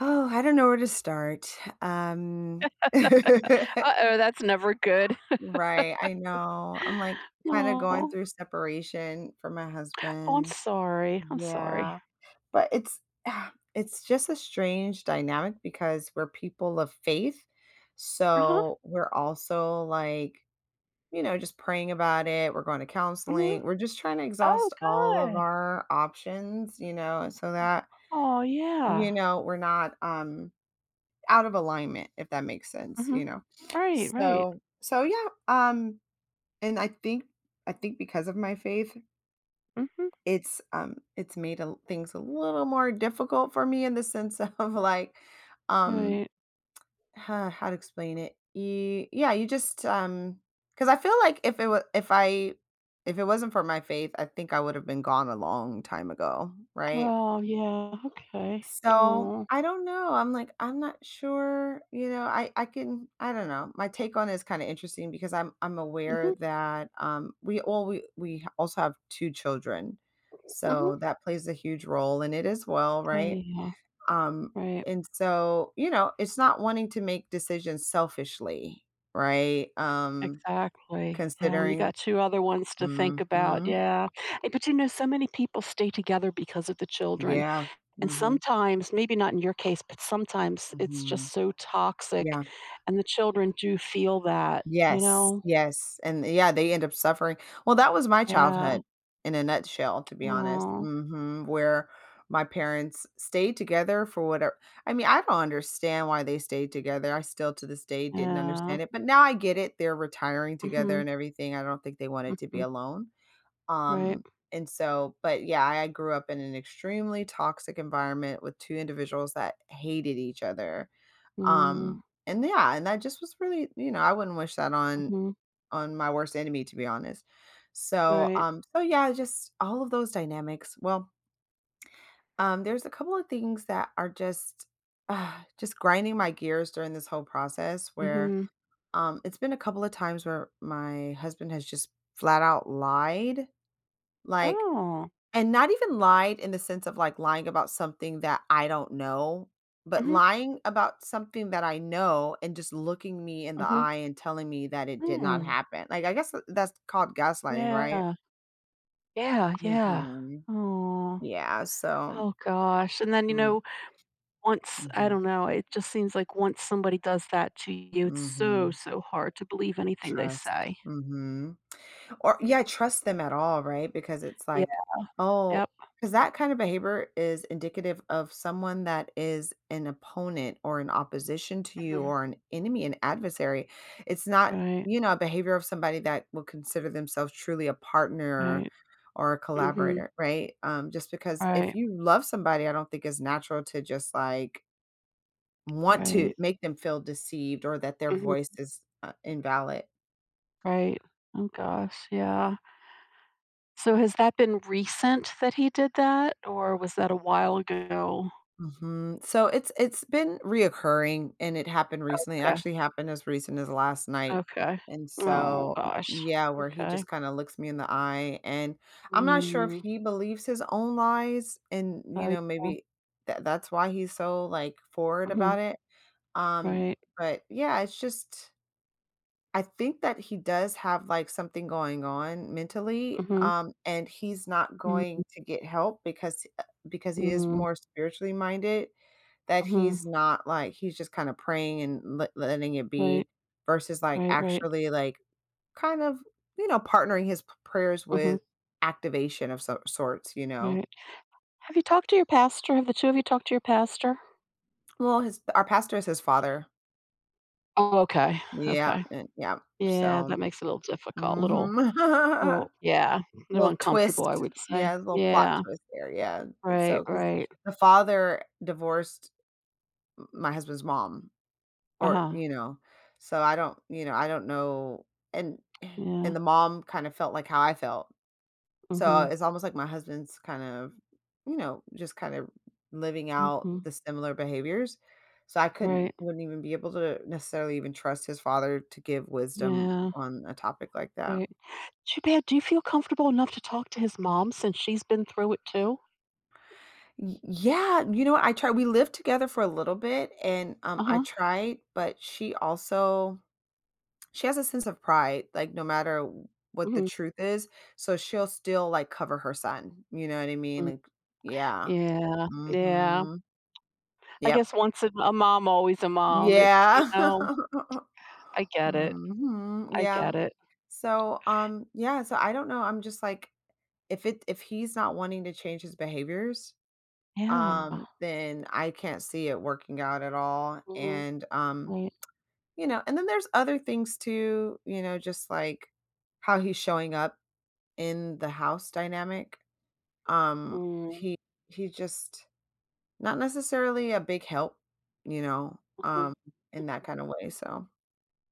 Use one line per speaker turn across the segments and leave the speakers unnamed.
Oh, I don't know where to start. Um,
Uh-oh, that's never good.
right, I know. I'm like kind of going
Oh,
through separation from my
Oh, I'm
husband.
sorry, I'm sorry.
Yeah, but it's it's just a strange dynamic because we're people of faith.
Uh-huh.
So we're also like, you know, just praying about it. We're going to
Mhm.
counseling. We're just trying to
Oh,
exhaust all of
good.
our options, you know, so that,
Oh,
you
yeah.
know, we're not out of alignment, if that makes sense, you
Mhm.
know?
Right, right.
So yeah, and I think because of my faith,
Mhm.
it's made a things a little more difficult for me in the sense of like, um,
Right.
huh, how to explain it? Y yeah, you just, because I feel like if it was, if it wasn't for my faith, I think I would have been gone a long time ago, right?
Oh, yeah, okay.
So,
Oh.
I don't know, I'm like, I'm not sure, you know, I don't know, my take on it is kinda interesting because I'm aware
Mhm,
that, we all we ha- also have 2 children,
mhm.
so that plays a huge role, in it as well,
Oh,
right?
yeah,
Um,
right.
and so, you know, it's not wanting to make decisions selfishly, right?
Exactly. Yeah, when you
Considering.
got 2 other ones to think about,
Mhm.
yeah. Eh, but, so many people stay together because of the children.
Yeah.
And
Mhm.
sometimes, maybe not in your case, but sometimes it's
Mhm.
just so toxic,
Yeah.
and the children do feel that, you
Yes,
know?
yes, and yeah, they end up suffering. Well, that was my
Yeah.
childhood in a nutshell, to be honest,
Oh.
mhm, where my parents stayed together for whatever. I mean, I don't understand why they stayed together. I still to this day didn't
Yeah.
understand it, but now I get it. They're retiring together
Mhm,
and everything. I don't think they wanted to be
mhm,
alone.
right.
Um, and so, but yeah, I grew up in an extremely toxic environment with two individuals that hated each other.
Mm,
And yeah, and that just was really, you know, I wouldn't wish that
mhm,
on my worst enemy, to be honest. So,
right.
so yeah, just all of those dynamics. Well, there's a couple of things that are uh, just grinding my gears during this whole process where
Mhm.
it's been a couple of times where my husband has just flat out lied. Like,
Oh.
and not even lied in the sense of, like, lying about something that I don't know, but
Mhm,
lying about something that I know, and just looking me in the
mhm,
eye and telling me that it did not
hmm.
happen. Like, I guess th that's called gaslighting, right?
Yeah. Yeah, yeah.
Mhm.
Oh.
Yeah, so
Oh gosh, and then, you
mm,
know, once I
mhm,
don't know, it just seems like once somebody does that to you, it's so,
mhm.
so hard to believe anything they
Trust.
say.
Mhm. Or yeah, trust them at all, right? Because it's
Yeah.
like,
Yeah.
oh, because that kind of behavior is indicative of someone that is an opponent or an opposition to you,
Mhm.
or an enemy, an adversary. It's not,
Right,
you know, a behavior of somebody that will consider themselves truly a partner
right.
or a
Mhm.
collaborator, right? Just because if
Right,
you love somebody, I don't think it's natural to just like want to
right.
make them feel deceived or that their
Mhm.
voice is invalid.
Right. Oh gosh, yeah. So has that been recent that he did that, or was that a while ago?
Mhm. So it's been reoccurring, and it happened recently. It
Okay,
actually happened as recent as last night.
okay.
And
Oh
so,
gosh,
yeah, where he
okay.
just kind of looks me in the eye, and I'm not sure if
Mm.
he believes his own lies, and you
Oh
know,
yeah.
maybe that's why he's so like forward about
Mhm.
it. Um
Right.
but yeah, it's just I think that he does have like something going on mentally,
Mhm.
and he's not
Mm.
going to get help because he is
Mm.
more spiritually minded, that
Mhm.
he's not, like he's just kinda praying and letting it
Right.
be versus, like,
Right. Right.
actually, like, kind of, you know, partnering his p prayers
Mhm.
with activation of sorts, you know?
Right. Have you talked to your pastor? Have the 2 of you talked to your pastor?
Well, his our pastor is his father.
Oh, okay.
Yeah,
Okay.
and yep,
Yeah,
so
that makes it a little difficult, little.
mhm.
Oh, yeah, they're
Little
uncomfortable, I
twist,
would say.
yeah, little plot
Yeah,
twist there, yeah. So
right,
because
right.
the father divorced my husband's mom. Or,
Uh-huh,
you know, so I don't you know, I don't know. And
yeah,
and the mom kind of felt like how I felt. So
mhm,
it's almost like my husband's kind of, you know, just kind of living out
mhm,
the similar behaviors. So I couldn't
right,
wouldn't even be able to necessarily even trust his father to give wisdom
yeah,
on a topic like that.
right. Too bad, do you feel comfortable enough to talk to his mom since she's been through it too?
Yeah, you know, what I tried, we lived together for a little bit, and I
Uh-huh,
tried, but she also. She has a sense of pride, like, no matter what the
mhm,
truth is, so she'll still, like, cover her son, you know what I mean?
mm.
Like yeah.
Yeah, yeah.
Mhm.
I
Yep.
guess once a mom, always a mom,
Yeah.
I get it,
Mhm,
I
yeah.
get it.
So, yeah, so I don't know, I'm just like, if he's not wanting to change his behaviors,
Yeah,
then I can't see it working out at all,
mhm,
and,
right.
you know, and then there's other things too, you know, just, like, how he's showing up in the house dynamic. Um,
Mm,
he he's just not necessarily a big help, you know,
mhm,
in that kind of way, so,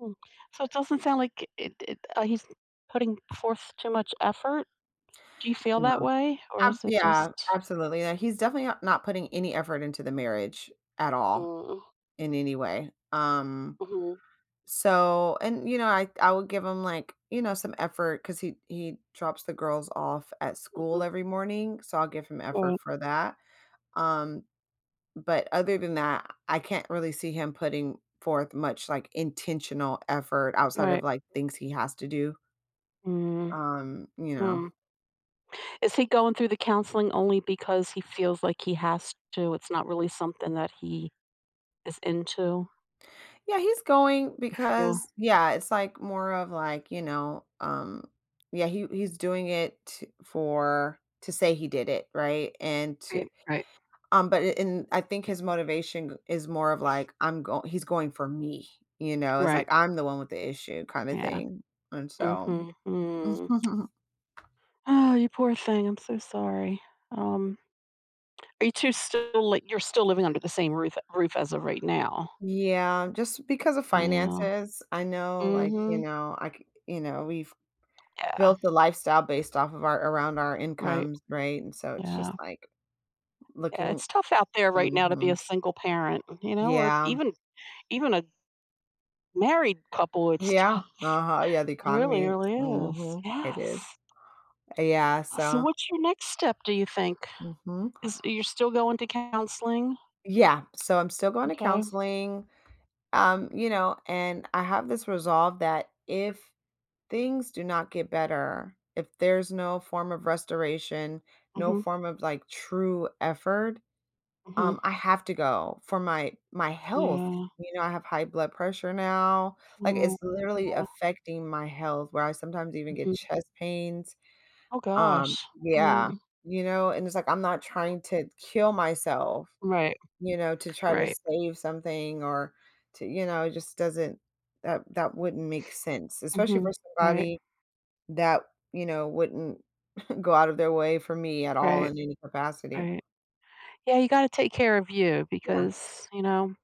mm. So it doesn't sound like he's putting forth too much effort? Do you feel that
no.
way, or
Ab
is it
yeah,
just.
absolutely, yeah, he's definitely not putting any effort into the marriage at all
Mm,
in any way.
mhm,
So and, you know, I would give him, like, you know, some effort because he drops the girls off at school
mhm,
every morning, so I'll give him
mhm.
effort for that. Um But other than that, I can't really see him putting forth much, like, intentional effort
Right,
outside of,
right.
like, things he has to do,
Mm,
you know?
mm. Is he going through the counseling only because he feels like he has to? It's not really something that he is into,
Yeah, he's going
you feel?
because yeah, it's, like, more of, like, you know, yeah, he's doing it t for to say he did it, right? And to
Right, right,
but a and I think his motivation is more of, like, I'm going. He's going for me, you know? It's like,
right.
"I'm the one with the issue," kinda
Yeah.
thing, and so
Mhm, mm. Oh, you poor thing, I'm so sorry. Um, are you 2 still like you're still living under the same roof as of right now?
Yeah, just because of
Yeah.
finances. I know, like, you
Mhm.
know, you know, we've
Yeah,
built the lifestyle based off of our around our
right,
incomes, right? And so it's just
yeah.
like
Yeah,
looking.
it's tough out there right
Hmm.
now to be a single parent, or
Yeah,
even a married couple, it's
yeah,
tough.
uh huh. Yeah, the
It really,
economy.
really is.
Mm-hmm, it is.
Yes.
Yeah,
So
so.
what's your next step, do you think?
Hmm.
Is you're still going to counseling?
Yeah, so I'm still going to
Okay.
counseling. You know, and I have this resolve that if things do not get better, if there's no form of restoration,
Mm.
no
Mhm.
form of, like, true effort.
Mm. Mhm.
I have to go for my my health.
Yeah.
You know, I have high blood pressure now. Like,
Oh,
it's literally
wow.
affecting my health where I sometimes even get
Mhm.
chest pains.
Oh gosh.
Yeah,
Mm.
you know, and it's like I'm not trying to kill myself,
Right.
you know, to try to
Right.
save something or to you know, it just doesn't that wouldn't make sense,
Mm.
especially for
Mhm. Right.
somebody that, you know, wouldn't go out of their way for me at all
Right.
in any capacity.
Right. Yeah, you got to take care of you
Yeah.
because, you know,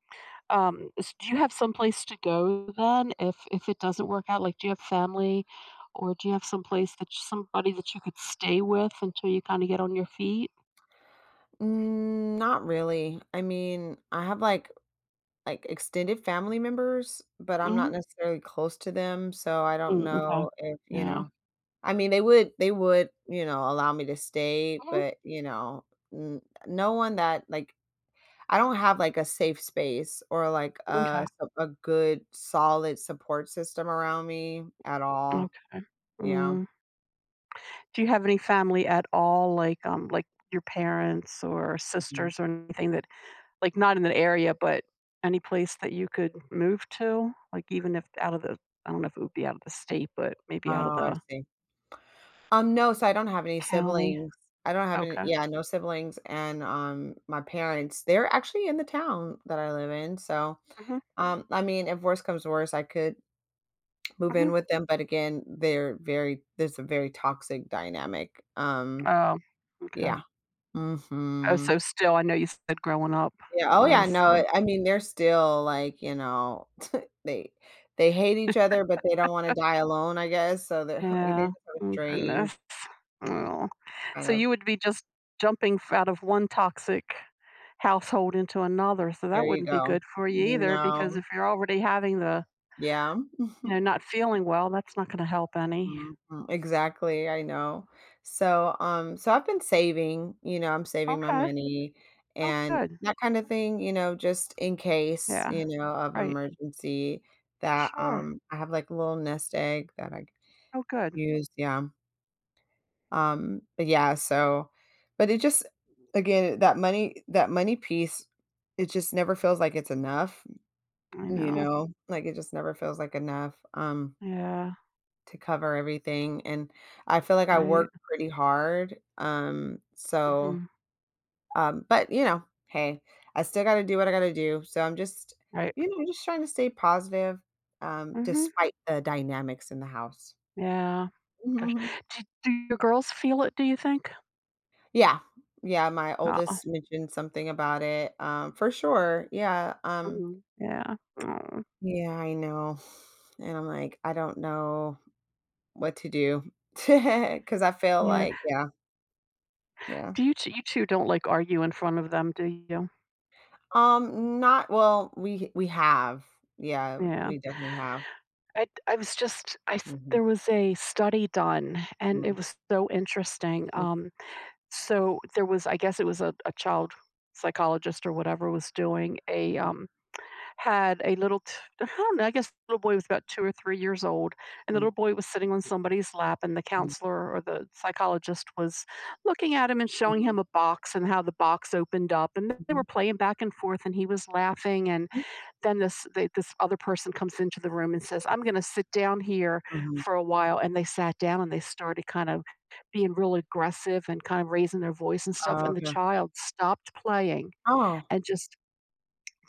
S do you have someplace to go then if it doesn't work out? Like, do you have family, or do you have someplace that somebody that you could stay with until you kinda get on your feet?
Mm, not really. I mean, I have, like extended family members, but I'm not
Mhm.
necessarily close to them, so I don't
Mm, okay.
know if, you
Yeah.
know, I mean, they would, you know, allow me to stay,
Mhm.
but, you know, n no one that, like, I don't have, like, a safe space, or, like,
Okay.
a good solid support system around me at all.
Okay.
Yeah.
Mm. Do you have any family at all, like, your parents or
Mhm.
sisters or anything that like, not in the area, but any place that you could move to? Like, even if out of the I don't know if it would be out of the state, but maybe out of
Oh, I
the
see. No, so I don't have any
county?
siblings. I don't have any
Okay.
yeah, no siblings, and, my parents, they're actually in the town that I live in, so,
Mhm.
I mean, if worse comes to worse, I could move in
Mhm.
with them, but again, they're very there's a very toxic dynamic,
Oh, okay.
yeah.
Oh,
Mhm.
so still I know you said growing up
Yeah,
it
oh, yeah,
was,
no,
so
I mean, they're still, like, you know, they they hate each other, but they don't wanna die alone, I guess, so they're like, they
yeah.
just have a
Oh,
strange
goodness. Oh.
kind
So
of.
you would be just jumping f out of one toxic household into another, so
There
that
you
wouldn't be
go.
good for you either because
No.
if you're already having the
Yeah.
you know, not feeling well, that's not gonna help any.
Mhm. Exactly, I know. So, so I've been saving, you know, I'm saving my
Okay.
money
Oh,
and
good.
that kind of thing, you know, just in case,
Yeah.
you know, of
Right.
emergency that,
Sure.
I have like a little nest egg that I could
Oh, good.
use, yeah. But yeah, so but it just again, that money piece, it just never feels like it's enough,
I
you
know.
know? Like, it just never feels like enough,
Yeah.
to cover everything, and I feel like I
Right.
work pretty hard, so,
Mhm.
but, you know, hey, I still gotta do what I gotta do, so I'm just,
Right.
you know, just trying to stay positive,
Mhm.
despite the dynamics in the house.
Yeah. Gosh.
Mhm.
Do your girls feel it, do you think?
Yeah. Yeah, my
Aw.
oldest mentioned something about it, for sure, yeah,
Mhm. Yeah. Aw.
Yeah, I know, and I'm like, "I don't know what to do because I feel
Yeah.
like Yeah, yeah.
Do you 2 You 2 don't, like, argue in front of them, do you?
Not well, we have. Yeah,
Yeah.
we definitely have.
I was just I s
Mhm,
there was a study done, and
mhm,
it was so interesting,
mhm,
so there was I guess it was a child psychologist or whatever was doing had a little t I don't know, I guess the little boy was about 2 or 3 years old, and the
mhm,
little boy was sitting on somebody's lap, and the
mhm,
counselor or the psychologist was looking at him and showing
mhm,
him a box and how the box opened up, and they were
mhm,
playing back and forth, and he was laughing, and
mhm,
then this other person comes into the room and says, "I'm gonna sit down here
mhm.
for a while," and they sat down, and they started kind of being real aggressive and kind of raising their voice and stuff, and the
Okay.
child stopped playing
Oh.
and just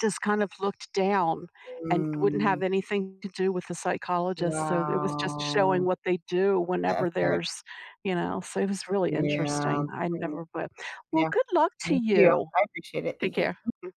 just kind of looked down and wouldn't
Mm,
have anything to do with the psychologist, so it was just showing
wow.
what they do
The
whenever
effect.
there's you know, so it was really
Yeah.
interesting. I
Mm.
never but well,
Yeah.
good luck to
Thank you.
you.
I appreciate it.
Take
Thank you.
care.